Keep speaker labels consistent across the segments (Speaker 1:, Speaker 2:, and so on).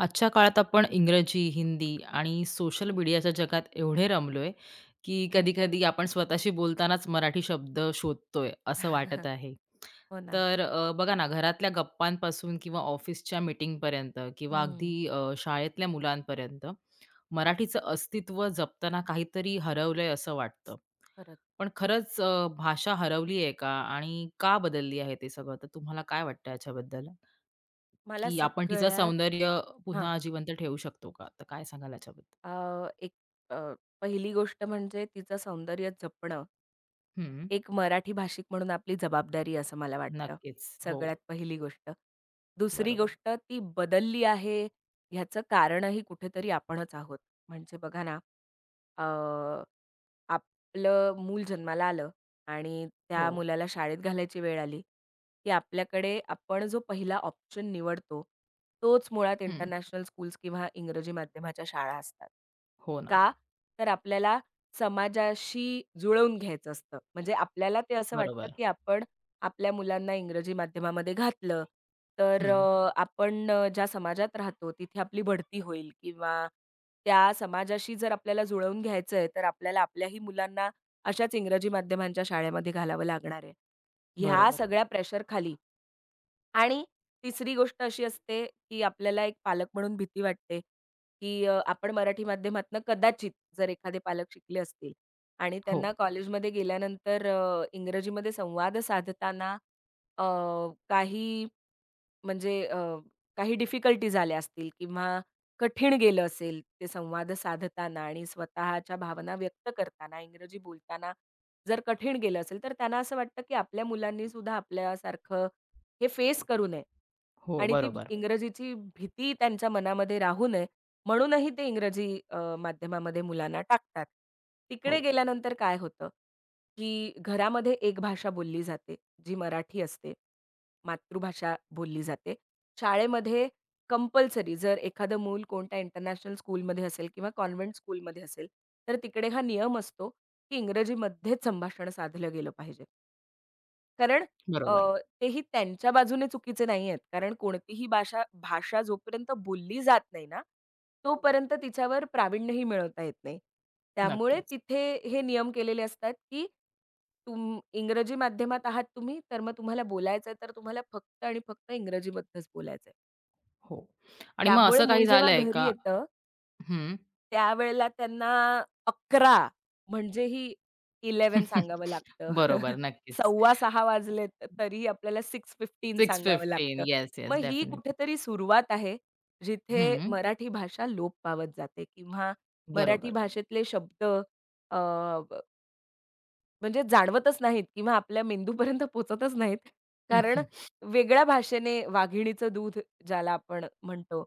Speaker 1: आजच्या काळात आपण इंग्रजी, हिंदी आणि सोशल
Speaker 2: हं,
Speaker 1: मीडियाच्या जगात एवढे रमलोय, की
Speaker 2: हं.
Speaker 1: कधी-कधी आपण स्वतःशी बोलतानाच मराठी शब्द शोधतोय, असं वाटत आहे.
Speaker 2: हो ना.
Speaker 1: तर बघा ना, घरातल्या गप्पांपासून किंवा ऑफिसच्या मीटिंगपर्यंत किंवा
Speaker 2: हं,
Speaker 1: अगदी शाळेतल्या मुलांपर्यंत मराठीचं अस्तित्व जपताना काहीतरी हरवलंय असं वाटतं.
Speaker 2: खरंच.
Speaker 1: पण खरंच भाषा हरवली आहे का आणि का बदलली आहे ते सगळं? तर तुम्हाला काय वाटतं याच्याबद्दल?
Speaker 2: मला
Speaker 1: की आपण तिचं
Speaker 2: सगळ्यात
Speaker 1: सौंदर्य
Speaker 2: हां,
Speaker 1: पुन्हा जिवंत ठेवू शकतो का? तर काय सांगाल याच्याबद्दल?
Speaker 2: अ, एक अ, पहिली गोष्ट म्हणजे तिचं सौंदर्य जपणं,
Speaker 1: हं.
Speaker 2: एक मराठी भाषिक म्हणून आपली जबाबदारी असं मला वाटतं,
Speaker 1: नक्कीच. हो.
Speaker 2: सगळ्यात पहिली गोष्ट. दुसरी
Speaker 1: बरोबर.
Speaker 2: गोष्ट ती बदलली आहे ह्याचं कारणही कुठेतरी आपणच आहोत. म्हणजे बघा ना, अ आपलं मूल जन्माला आलं आणि
Speaker 1: हो.
Speaker 2: त्या मुलाला शाळेत घालायची वेळ आली, की आपल्याकडे आपण जो पहिला ऑप्शन निवडतो, तोच मुळात
Speaker 1: हं.
Speaker 2: इंटरनॅशनल स्कूल्स किंवा इंग्रजी माध्यमाच्या शाळा असतात.
Speaker 1: हो ना.
Speaker 2: का? तर आपल्याला समाजाशी जुळवून घ्यायचं असतं. म्हणजे आपल्याला ते असं वाटतं,
Speaker 1: बरोबर.
Speaker 2: की आपण आपल्या मुलांना इंग्रजी माध्यमामध्ये घातलं, तर
Speaker 1: हं.
Speaker 2: आपण ज्या समाजात राहतो तिथे आपली बढती होईल किंवा त्या समाजाशी जर आपल्याला जुळवून घ्यायचं आहे, तर आपल्याला आपल्याही मुलांना अशाच इंग्रजी माध्यमांच्या शाळेमध्ये घालावं लागणार आहे. ह्या
Speaker 1: बरोबर.
Speaker 2: सगळ्या प्रेशरखाली आणि तिसरी गोष्ट अशी असते, की आपल्याला एक पालक म्हणून भीती वाटते, की आपण मराठी माध्यमातनं कदाचित जर एखादे पालक शिकले असतील आणि
Speaker 1: हो.
Speaker 2: त्यांना कॉलेजमध्ये गेल्यानंतर इंग्रजीमध्ये संवाद साधताना अ, काही म्हणजे अ, काही डिफिकल्टीज आल्या असतील किंवा कठीण गेलं असेल ते संवाद साधताना आणि स्वतःच्या भावना व्यक्त करताना, इंग्रजी बोलताना जर कठीण गेलं असेल, तर त्यांना असं वाटतं, की आपल्या मुलांनी सुद्धा आपल्यासारखं हे फेस करू नये
Speaker 1: हो.
Speaker 2: आणि ती
Speaker 1: बरोबर.
Speaker 2: इंग्रजीची भीती त्यांच्या मनामध्ये राहू नये, म्हणूनही ते इंग्रजी माध्यमामध्ये मुलांना टाकतात.
Speaker 1: हो.
Speaker 2: तिकडे गेल्यानंतर काय होतं, की घरामध्ये एक भाषा बोलली जाते. जी मराठी असते, मातृभाषा बोलली जाते. शाळेमध्ये कंपल्सरी जर एखादं मूल कोणत्या इंटरनॅशनल स्कूलमध्ये असेल किंवा कॉन्व्हेंट स्कूलमध्ये असेल, तर तिकडे हा नियम असतो, की इंग्रजीमध्येच संभाषण साधलं गेलं पाहिजे. कारण अ,
Speaker 1: बरोबर.
Speaker 2: तेही त्यांच्या बाजूने चुकीचे नाही नाहीयेत. कारण कोणतीही भाषा भाषा जोपर्यंत बोलली जात नाही ना, तोपर्यंत तिच्यावर प्रावीण्यही मिळवता येत नाही. त्यामुळे
Speaker 1: नक्कीच.
Speaker 2: तिथे हे नियम केलेले असतात, की तुम इंग्रजी माध्यमात आहात तुम्ही, तर मग तुम्हाला बोलायचंय, तर तुम्हाला फक्त आणि फक्त इंग्रजीमधनंच बोलायचंय.
Speaker 1: हो. आणि मग
Speaker 2: त्यामुळे
Speaker 1: असं काही
Speaker 2: मूल जेव्हा
Speaker 1: झालंय
Speaker 2: घरी
Speaker 1: का?
Speaker 2: येतं
Speaker 1: हं.
Speaker 2: त्यावेळेला त्यांना 11 म्हणजे ही 11 सांगावं लागतं.
Speaker 1: बरोबर. नक्कीच.
Speaker 2: 5:15 वाजले तरी आपल्याला 6:15 सांगावं
Speaker 1: 6:15
Speaker 2: लागतं.
Speaker 1: येस,
Speaker 2: मग
Speaker 1: येस.
Speaker 2: ही
Speaker 1: डेफिनिटली.
Speaker 2: कुठेतरी सुरुवात आहे, जिथे
Speaker 1: हं.
Speaker 2: मराठी भाषा लोप पावत जाते किंवा मराठी
Speaker 1: बरोबर.
Speaker 2: भाषेतले शब्द म्हणजे जाणवतच नाहीत किंवा आपल्या मेंदूपर्यंत पोहोचतच नाहीत. कारण वेगळ्या भाषेने वाघिणीचं दूध ज्याला आपण म्हणतो,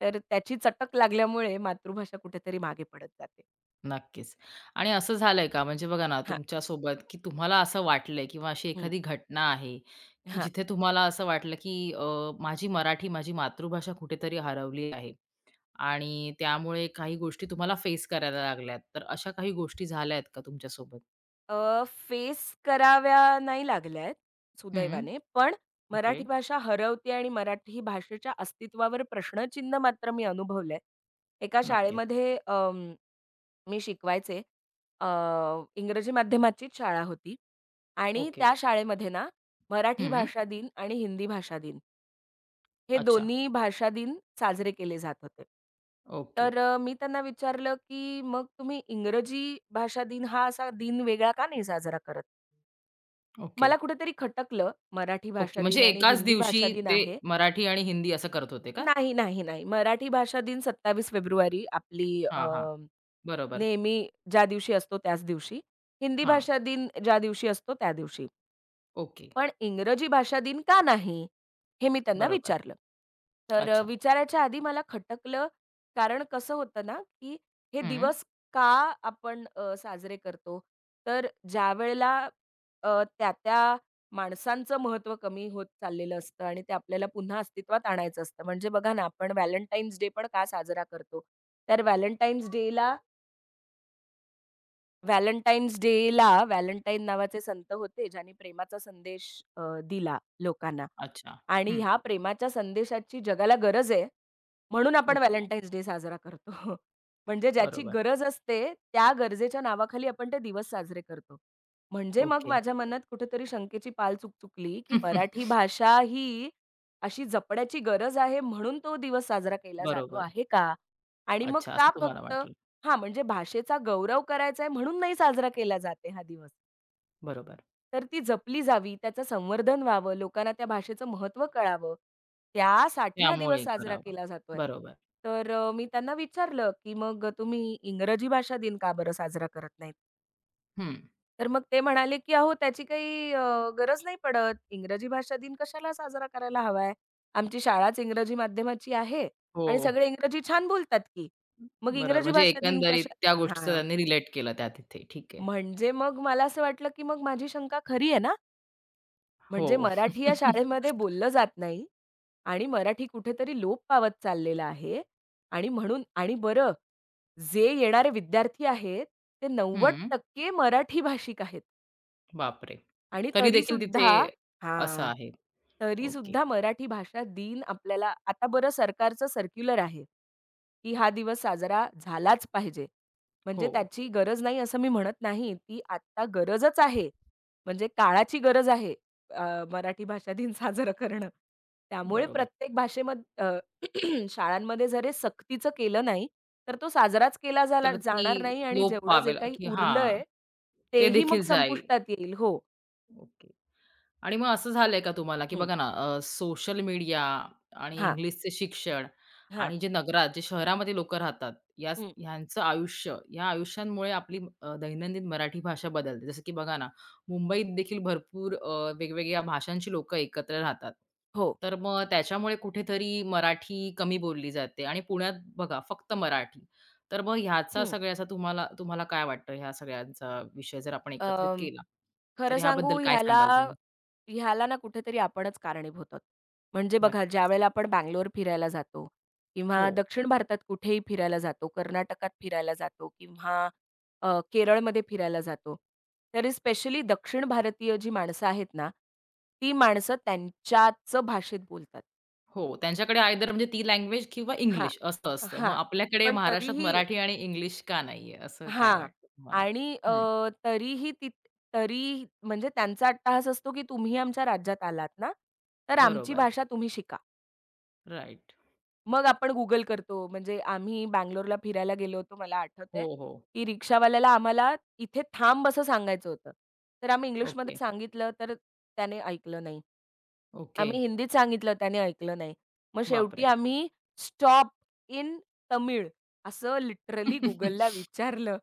Speaker 2: तर त्याची चटक लागल्यामुळे मातृभाषा कुठेतरी मागे पडत जाते.
Speaker 1: नक्कीच. आणि असं झालंय का म्हणजे बघा ना,
Speaker 2: हां,
Speaker 1: तुमच्यासोबत की तुम्हाला असं वाटलंय किंवा अशी
Speaker 2: हं,
Speaker 1: एखादी घटना आहे, की
Speaker 2: हां.
Speaker 1: जिथे तुम्हाला असं वाटलं की माझी मराठी, माझी मातृभाषा कुठेतरी हरवली आहे आणि त्यामुळे काही गोष्टी तुम्हाला फेस करायला लागल्यात. तर अशा काही गोष्टी झाल्या आहेत का तुमच्यासोबत?
Speaker 2: अ, फेस कराव्या नाही लागल्या आहेत,
Speaker 1: हं.
Speaker 2: सुदैवाने. पण
Speaker 1: ओके.
Speaker 2: मराठी भाषा हरवते आणि मराठी भाषेच्या अस्तित्वावर प्रश्नचिन्ह मात्र मी अनुभवलंय. एका
Speaker 1: नक्कीच.
Speaker 2: शाळेमध्ये मी शिकवायचे. अ, इंग्रजी माध्यमाचीच शाळा होती आणि
Speaker 1: ओके.
Speaker 2: त्या शाळेमध्ये ना, मराठी
Speaker 1: हं.
Speaker 2: भाषा दिन आणि हिंदी भाषा दिन हे
Speaker 1: अच्छा.
Speaker 2: दोन्ही भाषा दिन साजरे केले जात होते.
Speaker 1: ओके,
Speaker 2: तर मी त्यांना विचारलं, की "मग तुम्ही इंग्रजी भाषा दिन हा असा दिन वेगळा का नाही साजरा करत?"
Speaker 1: ओके,
Speaker 2: मला कुठेतरी खटकलं. मराठी
Speaker 1: ओके.
Speaker 2: भाषा
Speaker 1: म्हणजे
Speaker 2: दिन आणि
Speaker 1: एकाच
Speaker 2: हिंदी
Speaker 1: दिवशी
Speaker 2: भाषा दिन
Speaker 1: ते
Speaker 2: आहे.
Speaker 1: मराठी आणि हिंदी असं करत होते का?
Speaker 2: नाही, नाही, नाही. मराठी भाषा दिन 27 फेब्रुवारी आपली
Speaker 1: हां, हां. बरोबर.
Speaker 2: नेहमी ज्या दिवशी असतो त्याच दिवशी. हिंदी
Speaker 1: हां.
Speaker 2: भाषा दिन ज्या दिवशी असतो त्या दिवशी.
Speaker 1: ओके.
Speaker 2: पण इंग्रजी भाषा दिन का नाही? हे मी त्यांना
Speaker 1: बरोबर.
Speaker 2: विचारलं. तर
Speaker 1: अच्छा.
Speaker 2: विचारायच्या आधी मला खटकलं, कारण कसं होतं ना, की हे
Speaker 1: हं.
Speaker 2: दिवस का आपण साजरे करतो? तर ज्यावेळेला त्या-त्या माणसांचं महत्त्व कमी होत चाललेलं असतं आणि ते आपल्याला पुन्हा अस्तित्वात आणायचं असतं. म्हणजे बघा ना, आपण व्हॅलेंटाईन्स डे पण का साजरा करतो? तर व्हॅलेंटाईन्स डेला व्हॅलेंटाईन नावाचे संत होते, ज्यांनी प्रेमाचा संदेश अ, दिला लोकांना
Speaker 1: अच्छा.
Speaker 2: आणि
Speaker 1: हं.
Speaker 2: ह्या प्रेमाच्या संदेशाची जगाला गरज आहे, म्हणून आपण
Speaker 1: ओके.
Speaker 2: व्हॅलेंटाईन्स डे साजरा करतो. म्हणजे ज्याची
Speaker 1: बरोबर.
Speaker 2: गरज असते, त्या गरजेच्या नावाखाली आपण ते दिवस साजरे करतो. म्हणजे मग
Speaker 1: ओके.
Speaker 2: माझ्या मनात कुठेतरी शंकेची पाल चुकचुकली, की मराठी भाषा ही अशी जपण्याची गरज आहे, म्हणून तो दिवस साजरा केला जातो
Speaker 1: बरोबर.
Speaker 2: आहे का? आणि मग
Speaker 1: अच्छा, असं
Speaker 2: का
Speaker 1: तुम्हाला
Speaker 2: फक्त
Speaker 1: वाटलं.
Speaker 2: हां, म्हणजे भाषेचा गौरव करायचा आहे म्हणून नाही साजरा केला जात आहे हा दिवस.
Speaker 1: बरोबर.
Speaker 2: तर ती जपली जावी, त्याचं संवर्धन व्हावं, लोकांना त्या भाषेचं महत्त्व कळावं, त्यासाठी हा दिवस
Speaker 1: त्यामुळे
Speaker 2: साजरा
Speaker 1: करावा.
Speaker 2: केला जातोय.
Speaker 1: बरोबर.
Speaker 2: तर मी त्यांना विचारलं, की "मग तुम्ही इंग्रजी भाषा दिन का बरं साजरा करत नाहीत?"
Speaker 1: हं.
Speaker 2: तर मग ते म्हणाले, की "अहो त्याची काही गरज नाही पडत. इंग्रजी भाषा दिन कशाला साजरा करायला हवाय? आमची शाळाच इंग्रजी माध्यमाची आहे
Speaker 1: हो.
Speaker 2: आणि सगळे इंग्रजी छान बोलतात की. मग
Speaker 1: बरोबर.
Speaker 2: इंग्रजी
Speaker 1: म्हणजे
Speaker 2: भाषा दिन
Speaker 1: एकंदरीत
Speaker 2: कशा"
Speaker 1: त्या गोष्टीचं
Speaker 2: हां.
Speaker 1: त्यांनी रिलेट केलं त्या तिथे. ठीक आहे.
Speaker 2: म्हणजे मग मला असं वाटलं, की मग माझी शंका खरी आहे ना? म्हणजे
Speaker 1: हो.
Speaker 2: मराठी या शाळेमध्ये बोललं जात नाही आणि मराठी कुठेतरी लोप पावत चाललेला आहे आणि म्हणून आणि बरं, जे येणारे विद्यार्थी आहेत, ते
Speaker 1: हं.
Speaker 2: 90% मराठी भाषिक आहेत.
Speaker 1: बापरे!
Speaker 2: आणि
Speaker 1: तरी देखील तिथे
Speaker 2: तरीसुद्धा
Speaker 1: असं
Speaker 2: हां.
Speaker 1: आहे. ओके.
Speaker 2: तरीसुद्धा मराठी भाषा दिन आपल्याला आता बरं सरकारचं सर्क्युलर आहे, की हा दिवस साजरा झालाच पाहिजे.
Speaker 1: हो.
Speaker 2: म्हणजे त्याची गरज नाही असं मी म्हणत नाही. ती आत्ता गरजच आहे. म्हणजे काळाची गरज आहे अ, मराठी भाषा दिन साजरं करणं. त्यामुळे
Speaker 1: बरोबर.
Speaker 2: प्रत्येक भाषेमध शाळांमध्ये जर हे सक्तीचं केलं नाही, तर तो साजराच केला
Speaker 1: तर ती
Speaker 2: जाणार नाही आणि
Speaker 1: लोप
Speaker 2: जेवढं जे
Speaker 1: पावेल
Speaker 2: काही
Speaker 1: की, हां.
Speaker 2: उरलंय,
Speaker 1: ते
Speaker 2: तेही मग
Speaker 1: देखील जाईल.
Speaker 2: संपुष्टात येईल. हो.
Speaker 1: ओके. आणि मग असं झालंय का तुम्हाला, की
Speaker 2: हं,
Speaker 1: बघा ना, सोशल मीडिया आणि
Speaker 2: हां,
Speaker 1: इंग्लिशचे शिक्षण
Speaker 2: हां.
Speaker 1: आणि जे नगरात, जे शहरामध्ये लोकं राहतात, याच
Speaker 2: हं.
Speaker 1: ह्यांचं आयुष्य, या आयुष्यांमुळे आपली दैनंदिन मराठी भाषा बदलते. जसं की बघा ना, मुंबईत देखील भरपूर वेगवेगळ्या भाषांची लोकं एकत्र राहतात.
Speaker 2: हो.
Speaker 1: तर मग त्याच्यामुळे कुठेतरी मराठी कमी बोलली जाते आणि पुण्यात बघा फक्त मराठी. तर मग ह्याचा
Speaker 2: हं.
Speaker 1: सगळ्याचा तुम्हाला तुम्हाला काय वाटतं ह्या सगळ्यांचा विषय जर आपण एकत्रित
Speaker 2: अं,
Speaker 1: केला, तर
Speaker 2: खरं सांगू
Speaker 1: ह्याबद्दल काय
Speaker 2: ह्याला
Speaker 1: सांगाल तुम्ही?
Speaker 2: ह्याला ना कुठेतरी आपणच कारणीभूत आहोत. म्हणजे बघा
Speaker 1: नक्कीच.
Speaker 2: ज्यावेळेला आपण बंगलोर फिरायला जातो
Speaker 1: हो.
Speaker 2: किंवा दक्षिण भारतात कुठेही फिरायला जातो, कर्नाटकात फिरायला जातो किंवा केरळमध्ये फिरायला जातो. तरी स्पेशली दक्षिण भारतीय जी माणसं आहेत ना, ती माणसं त्यांच्याच भाषेत बोलतात.
Speaker 1: हो, त्यांच्याकडे आयदर म्हणजे ती लँग्वेज किंवा
Speaker 2: हां,
Speaker 1: इंग्लिश असं असतं. मग
Speaker 2: हां.
Speaker 1: आपल्याकडे
Speaker 2: पण
Speaker 1: महाराष्ट्रात
Speaker 2: तरीही
Speaker 1: मराठी आणि इंग्लिश का नाहीये? असं काय
Speaker 2: हां.
Speaker 1: वाटतं तुम्हाला?
Speaker 2: आणि अ,
Speaker 1: हं,
Speaker 2: तरीही ती तरी म्हणजे त्यांचा अट्टहास असतो, की तुम्ही आमच्या राज्यात आलात ना, तर आमची
Speaker 1: बरोबर.
Speaker 2: भाषा तुम्ही शिका.
Speaker 1: राइट.
Speaker 2: मग आपण Google करतो. म्हणजे आम्ही बंगलोरला फिरायला गेलो होतो. मला
Speaker 1: हो,
Speaker 2: आठवतंय,
Speaker 1: हो.
Speaker 2: की रिक्षावाल्याला आम्हाला "इथे थांब" असं सांगायचं होतं. तर आम्ही
Speaker 1: ओके,
Speaker 2: इंग्लिशमध्ये सांगितलं, तर त्याने ऐकलं नाही.
Speaker 1: ओके.
Speaker 2: आम्ही हिंदीत सांगितलं त्याने ऐकलं नाही. मग शेवटी
Speaker 1: बापरे!
Speaker 2: आम्ही स्टॉप इन तमिळ असं लिटरली गुगलला विचारलं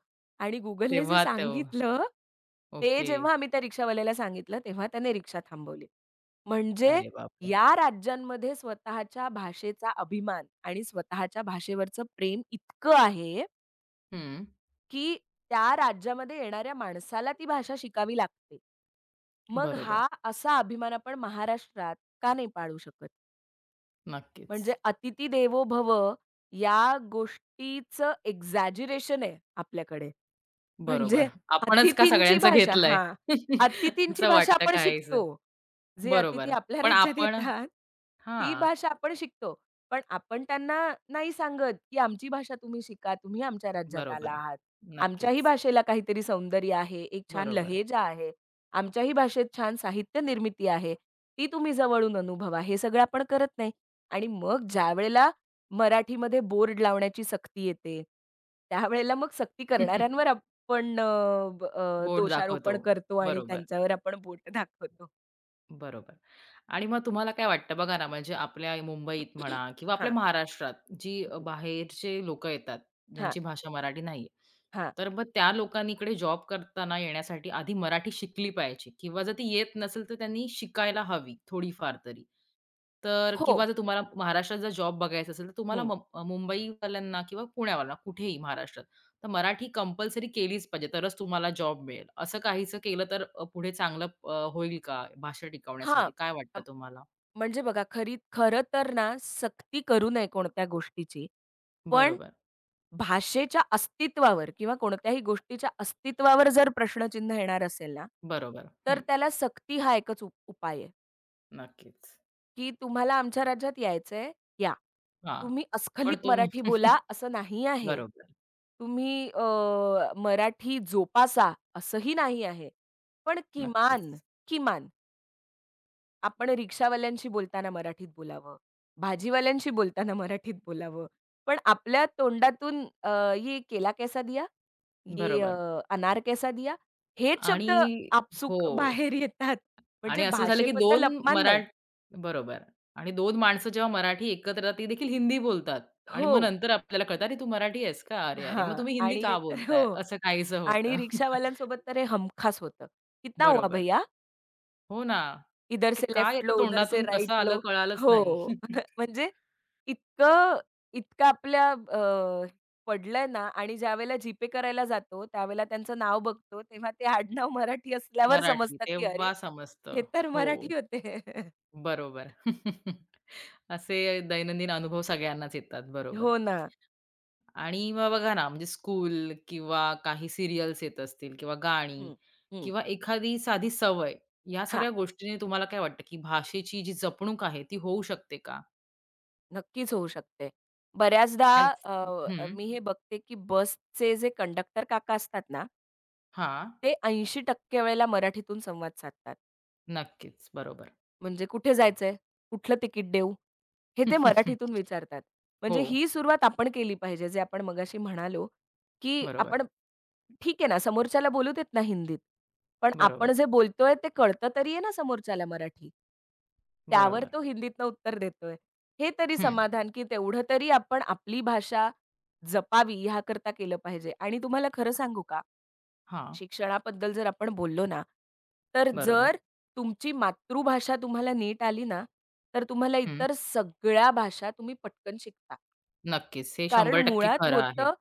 Speaker 2: आणि Googleने जे
Speaker 1: तेव्हा, तेव्हा
Speaker 2: सांगितलं, ते
Speaker 1: ओके.
Speaker 2: जेव्हा आम्ही त्या रिक्षावाल्याला सांगितलं, तेव्हा त्याने रिक्षा थांबवली. म्हणजे
Speaker 1: अरे बापरे!
Speaker 2: या राज्यांमध्ये स्वतःच्या भाषेचा अभिमान आणि स्वतःच्या भाषेवरचं प्रेम इतकं आहे,
Speaker 1: हं,
Speaker 2: की त्या राज्यामध्ये येणाऱ्या माणसाला ती भाषा शिकावी लागते. मग
Speaker 1: बरोबर.
Speaker 2: हा असा अभिमान आपण महाराष्ट्रात का नाही पाळू शकत?
Speaker 1: नक्कीच.
Speaker 2: म्हणजे अतिथी देवो भव या गोष्टीचं एक्झॅजरेशन आहे आपल्याकडे.
Speaker 1: बरोबर.
Speaker 2: म्हणजे
Speaker 1: आपणच का
Speaker 2: अतिथींची
Speaker 1: सगळ्यांचं
Speaker 2: भाषा
Speaker 1: घेतलंय?
Speaker 2: हां. अतिथींची
Speaker 1: असं
Speaker 2: भाषा
Speaker 1: वाटतं
Speaker 2: आपण
Speaker 1: काहीसं.
Speaker 2: शिकतो. जे अतिथी
Speaker 1: बरोबर.
Speaker 2: आपल्या
Speaker 1: पण
Speaker 2: राज्यात
Speaker 1: आपण,
Speaker 2: येतात, ती
Speaker 1: हां,
Speaker 2: भाषा आपण शिकतो. पण आपण त्यांना नाही सांगत, की आमची भाषा तुम्ही शिका. तुम्ही आमच्या राज्यात आला
Speaker 1: बरोबर.
Speaker 2: आहात. आमच्याही
Speaker 1: नक्कीच.
Speaker 2: भाषेला काहीतरी सौंदर्य आहे. एक छान
Speaker 1: बरोबर.
Speaker 2: लहेजा आहे. आमच्याही भाषेत छान साहित्य निर्मिती आहे. ती तुम्ही जवळून अनुभवा. हे सगळं आपण करत नाही. आणि मग ज्यावेळेला मराठीमध्ये बोर्ड लावण्याची सक्ती येते, त्यावेळेला मग सक्ती करणाऱ्यांवर पण ब
Speaker 1: बोर्ड दाखवतो.
Speaker 2: दोषारोपण करतो आणि
Speaker 1: बरोबर,
Speaker 2: त्यांच्यावर आपण बोट दाखवतो.
Speaker 1: बरोबर. आणि मग तुम्हाला काय वाटतं बघा ना, म्हणजे आपल्या मुंबईत म्हणा किंवा आपल्या
Speaker 2: हां,
Speaker 1: महाराष्ट्रात जी
Speaker 2: हं.
Speaker 1: बाहेरचे लोकं येतात,
Speaker 2: हां,
Speaker 1: ज्यांची भाषा मराठी नाहीये.
Speaker 2: हां.
Speaker 1: तर मग त्या लोकांनी इकडे जॉब करताना येण्यासाठी आधी मराठी शिकली पाहिजे किंवा जर ती येत नसेल, तर त्यांनी शिकायला हवी थोडीफार तरी. तर किंवा
Speaker 2: हो.
Speaker 1: जर तुम्हाला महाराष्ट्रात जर जॉब बघायचा असेल, तर तुम्हाला
Speaker 2: हं.
Speaker 1: मुंबईवाल्यांना किंवा पुण्यावाल्यांना कुठेही महाराष्ट्रात, तर मराठी कंपल्सरी केलीच पाहिजे, तरच तुम्हाला जॉब मिळेल. असं काहीसं केलं तर पुढे चांगलं होईल का भाषा
Speaker 2: हां.
Speaker 1: टिकवण्यासाठी? काय
Speaker 2: अ,
Speaker 1: वाटतं तुम्हाला?
Speaker 2: म्हणजे बघा खरं तर ना सक्ती करू नये कोणत्या गोष्टीची. पण
Speaker 1: बरोबर,
Speaker 2: भाषेच्या अस्तित्वावर किंवा कोणत्याही गोष्टीच्या अस्तित्वावर जर प्रश्नचिन्ह येणार असेल ना,
Speaker 1: बरोबर.
Speaker 2: तर
Speaker 1: हं,
Speaker 2: त्याला सक्ती हा एकच उपाय आहे.
Speaker 1: नक्कीच.
Speaker 2: की तुम्हाला आमच्या राज्यात यायचंय? या.
Speaker 1: हां,
Speaker 2: तुम्ही
Speaker 1: पण
Speaker 2: अस्खलित
Speaker 1: तुम्ही
Speaker 2: मराठी बोला असं नाही आहे.
Speaker 1: बरोबर,
Speaker 2: तुम्ही मराठी जोपासा असंही नाही आहे. पण किमान,
Speaker 1: नक्कीच.
Speaker 2: किमान आपण रिक्षावाल्यांशी बोलताना मराठीत बोलावं, भाजीवाल्यांशी बोलताना मराठीत बोलावं. पण आपल्या तोंडातून "ये केला कैसा दिया? ये
Speaker 1: बरोबर
Speaker 2: अनार कैसा दिया?" हेच
Speaker 1: आणि
Speaker 2: शब्द
Speaker 1: हो
Speaker 2: आपसूक बाहेर येतात. म्हणजे
Speaker 1: आणि असं झालं की
Speaker 2: भाषेबद्दल
Speaker 1: 2
Speaker 2: अपमान
Speaker 1: मरा
Speaker 2: नाही.
Speaker 1: बरोबर आणि 2 माणसं जेव्हा मराठी एकत्र येतात, ती देखील हिंदी बोलतात आणि
Speaker 2: हो.
Speaker 1: मग नंतर आपल्याला कळतं, "अरे, तू मराठी आहेस का? अरे, अरे, मग
Speaker 2: हां.
Speaker 1: तुम्ही हिंदी
Speaker 2: आणि हे
Speaker 1: का
Speaker 2: तर
Speaker 1: बोलताय?"
Speaker 2: हो.
Speaker 1: असं काहीसं
Speaker 2: आणि
Speaker 1: होतं.
Speaker 2: रिक्षावाल्यांसोबत तर हे हमखास होतं. "कितना हुआ
Speaker 1: बरोबर.
Speaker 2: भैया?
Speaker 1: हो ना.
Speaker 2: इधर
Speaker 1: ते
Speaker 2: से
Speaker 1: काय
Speaker 2: लेफ्ट
Speaker 1: येतं
Speaker 2: लो, उधर से
Speaker 1: तोंडातून कसं
Speaker 2: राइट
Speaker 1: आलं
Speaker 2: लो."
Speaker 1: कळालंच नाही.
Speaker 2: हो. म्हणजे इतकं इतकं आपल्या पडलंय ना आणि ज्यावेळेला जी-पे करायला जातो, त्यावेळेला त्यांचं नाव बघतो, तेव्हा ते आडनाव मराठी असल्यावर
Speaker 1: मराठी
Speaker 2: समजतं, की अरे,
Speaker 1: तेव्हा
Speaker 2: हे
Speaker 1: समजतं.
Speaker 2: तर
Speaker 1: हो,
Speaker 2: मराठी होते.
Speaker 1: बरोबर. असे दैनंदिन अनुभव सगळ्यांनाच येतात. बरोबर.
Speaker 2: हो ना.
Speaker 1: आणि मग बघा ना, म्हणजे स्कूल किंवा काही सीरियल्स येत असतील किंवा गाणी
Speaker 2: हं, हं.
Speaker 1: किंवा एखादी साधी सवय, या
Speaker 2: हां.
Speaker 1: सगळ्या गोष्टींनी तुम्हाला काय वाटतं, की भाषेची जी जपणूक आहे ती होऊ शकते का?
Speaker 2: नक्कीच होऊ शकते. बऱ्याचदा
Speaker 1: त्याच, हं.
Speaker 2: मी हे बघते, की बसचे जे कंडक्टर काका असतात ना
Speaker 1: हां.
Speaker 2: ते 80% वेळेला मराठीतून संवाद साधतात.
Speaker 1: नक्कीच. बरोबर.
Speaker 2: म्हणजे कुठे जायचंय? कुठलं तिकीट देऊ? हे ते मराठीतून विचारतात.
Speaker 1: हो.
Speaker 2: म्हणजे ही सुरुवात आपण केली पाहिजे, जे आपण मगाशी म्हणालो, की
Speaker 1: बरोबर,
Speaker 2: आपण ठीक आहे ना, समोरच्याला बोलू देत ना हिंदीत, पण
Speaker 1: बरोबर,
Speaker 2: आपण जे बोलतोय ते कळतं तरी आहे ना समोरच्याला मराठी. त्यावर
Speaker 1: बरोबर.
Speaker 2: तो हिंदीतनं उत्तर देतोय. हे तरी
Speaker 1: हं.
Speaker 2: समाधान, की तेवढं तरी आपण आपली भाषा जपावी ह्याकरता केलं पाहिजे आणि तुम्हाला खरं सांगू का?
Speaker 1: हां,
Speaker 2: शिक्षणाबद्दल जर आपण बोललो ना, तर
Speaker 1: बरोबर.
Speaker 2: जर तुमची मातृभाषा तुम्हाला नीट आली ना, तर तुम्हाला
Speaker 1: हं,
Speaker 2: इतर सगळ्या भाषा तुम्ही पटकन शिकता.
Speaker 1: नक्कीच. हे
Speaker 2: कारण
Speaker 1: 100% खरं आहे.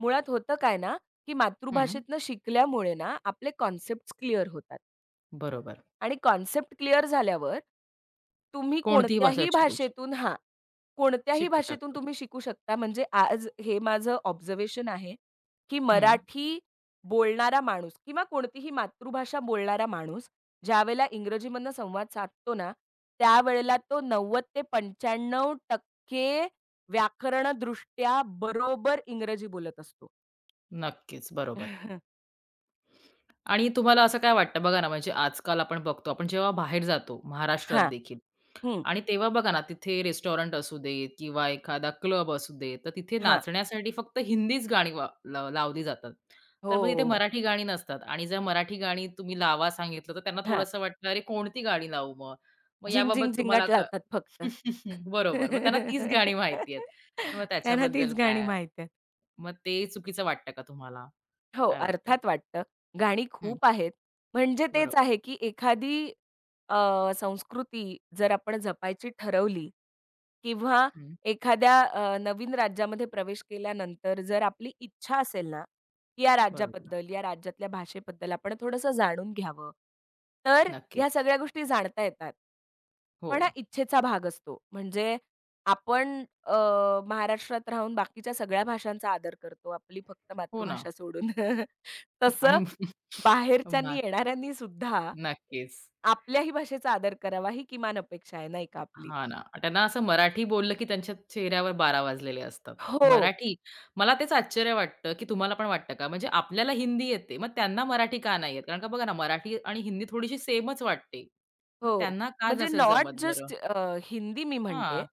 Speaker 2: मुळात होतं काय ना, की
Speaker 1: हं,
Speaker 2: मातृभाषेतनं शिकल्यामुळे ना आपले कॉन्सेप्ट्स क्लिअर होतात.
Speaker 1: बरोबर.
Speaker 2: आणि कॉन्सेप्ट क्लिअर झाल्यावर, तुम्ही
Speaker 1: कोणतीही भाषा शिकू
Speaker 2: कोणत्याही
Speaker 1: शिकू
Speaker 2: भाषेतून
Speaker 1: शकतो.
Speaker 2: तुम्ही शिकू शकता. म्हणजे आज हे माझं ऑब्झर्वेशन आहे, की
Speaker 1: हं,
Speaker 2: मराठी बोलणारा माणूस किंवा कोणतीही मातृभाषा बोलणारा माणूस ज्यावेळेला इंग्रजीमधनं संवाद साधतो ना, त्यावेळेला तो 90% ते 95% व्याकरणदृष्ट्या बरोबर इंग्रजी बोलत असतो.
Speaker 1: नक्कीच, बरोबर. आणि तुम्हाला असं काय वाटतं बघा ना, म्हणजे आजकाल आपण बघतो, आपण जेव्हा बाहेर जातो महाराष्ट्रात
Speaker 2: हां,
Speaker 1: देखील
Speaker 2: हं,
Speaker 1: आणि तेव्हा बघा ना, तिथे रेस्टॉरंट असू दे किंवा एखादा क्लब असू दे, तर तिथे
Speaker 2: हां.
Speaker 1: नाचण्यासाठी फक्त हिंदीच गाणी वा लाव लावली जातात.
Speaker 2: हो,
Speaker 1: तर मग तिथे
Speaker 2: हो, हो.
Speaker 1: मराठी गाणी नसतात आणि जर मराठी गाणी तुम्ही लावा सांगितलं, तर त्यांना
Speaker 2: हां.
Speaker 1: थोडंसं वाटतं, "अरे, कोणती गाणी लावू मग?" मग याबाबत तुम्हाला
Speaker 2: झिंग-झिंग-झिंगाट लावतात फक्त.
Speaker 1: बरोबर. मग त्यांना तीच गाणी माहिती आहेत. मग
Speaker 2: त्यांना
Speaker 1: त्याच्याबद्दल
Speaker 2: तीच गाणी
Speaker 1: काय?
Speaker 2: माहिती आहेत.
Speaker 1: मग ते चुकीचं वाटतं का तुम्हाला?
Speaker 2: हो,
Speaker 1: काय वाटतं?
Speaker 2: अर्थात वाटतं. गाणी
Speaker 1: हं,
Speaker 2: खूप आहेत. म्हणजे तेच
Speaker 1: बरोबर.
Speaker 2: आहे, की एखादी संस्कृती जर आपण जपायची ठरवली किंवा
Speaker 1: हं,
Speaker 2: एखाद्या नवीन राज्यामध्ये प्रवेश केल्यानंतर जर आपली इच्छा असेल ना, की या
Speaker 1: बरोबर.
Speaker 2: राज्याबद्दल, या राज्यातल्या भाषेबद्दल आपण थोडंसं जाणून घ्यावं, तर ह्या
Speaker 1: नक्कीच.
Speaker 2: सगळ्या गोष्टी जाणता येतात.
Speaker 1: हो.
Speaker 2: पण हा इच्छेचा भाग असतो. म्हणजे आपण अ, महाराष्ट्रात राहून बाकीच्या सगळ्या भाषांचा आदर करतो, आपली फक्त
Speaker 1: हो ना.
Speaker 2: मातृभाषा सोडून.
Speaker 1: आणि
Speaker 2: तसं बाहेरच्यांनी
Speaker 1: मग
Speaker 2: येणाऱ्यांनी सुद्धा
Speaker 1: नक्कीच.
Speaker 2: आपल्याही भाषेचा आदर करावा ही किमान अपेक्षा आहे नाही का आपली?
Speaker 1: हां ना. त्यांना असं मराठी बोललं की त्यांच्या चेहऱ्यावर 12 वाजलेले असतात.
Speaker 2: हो,
Speaker 1: मराठी, मला तेच आश्चर्य वाटतं की तुम्हाला पण वाटतं का? म्हणजे आपल्याला हिंदी येते, मग त्यांना मराठी का नाही येत? कारण का बघा ना, मराठी आणि हिंदी थोडीशी सेमच वाटते. मग
Speaker 2: हो.
Speaker 1: त्यांना का
Speaker 2: म्हणजे
Speaker 1: नसेल जमत
Speaker 2: नॉट
Speaker 1: बरं?
Speaker 2: जस्ट हिंदी मी म्हणते.
Speaker 1: हां.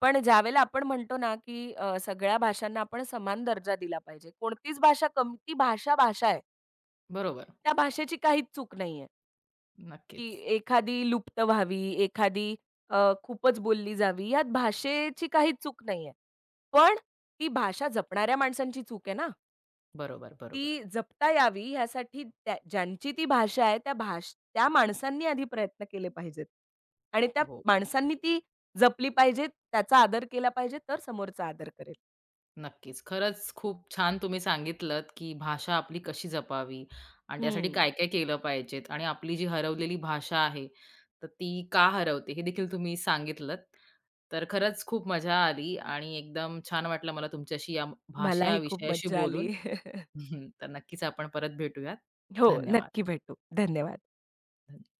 Speaker 2: पण ज्यावेळेला आपण म्हणतो ना, की सगळ्या भाषांना आपण समान दर्जा दिला पाहिजे. कोणतीच भाषा कमी ती भाषा आहे.
Speaker 1: बरोबर.
Speaker 2: त्या भाषेची काहीच चूक नाहीये. की
Speaker 1: नक्कीच.
Speaker 2: एखादी लुप्त व्हावी, एखादी अ, खूपच बोलली जावी, यात भाषेची काहीच चूक नाहीये. पण ती भाषा जपणाऱ्या माणसांची चूक आहे ना.
Speaker 1: बरोबर, बरोबर.
Speaker 2: ती जपता यावी यासाठी त्या ज्यांची ती भाषा आहे त्या माणसांनी आधी प्रयत्न केले पाहिजेत आणि त्या
Speaker 1: हो, हो.
Speaker 2: माणसांनी ती जपली पाहिजे, त्याचा आदर केला पाहिजे, तर समोरचा आदर करेल.
Speaker 1: नक्कीच. खरंच खूप छान तुम्ही सांगितलत, की भाषा आपली कशी जपावी आणि त्यासाठी
Speaker 2: हं.
Speaker 1: काय-काय केलं पाहिजेत आणि आपली जी हरवलेली भाषा आहे, तर ती का हरवते हे देखील तुम्ही सांगितलत. तर खरंच खूप मजा आली आणि एकदम छान वाटलं मला तुमच्याशी या भाषा
Speaker 2: मलाही खूप
Speaker 1: विषयाशी
Speaker 2: मज्जा आली.
Speaker 1: बोलून. तर नक्कीच आपण परत भेटूयात.
Speaker 2: हो,
Speaker 1: धन्यवाद.
Speaker 2: नक्की भेटू. धन्यवाद.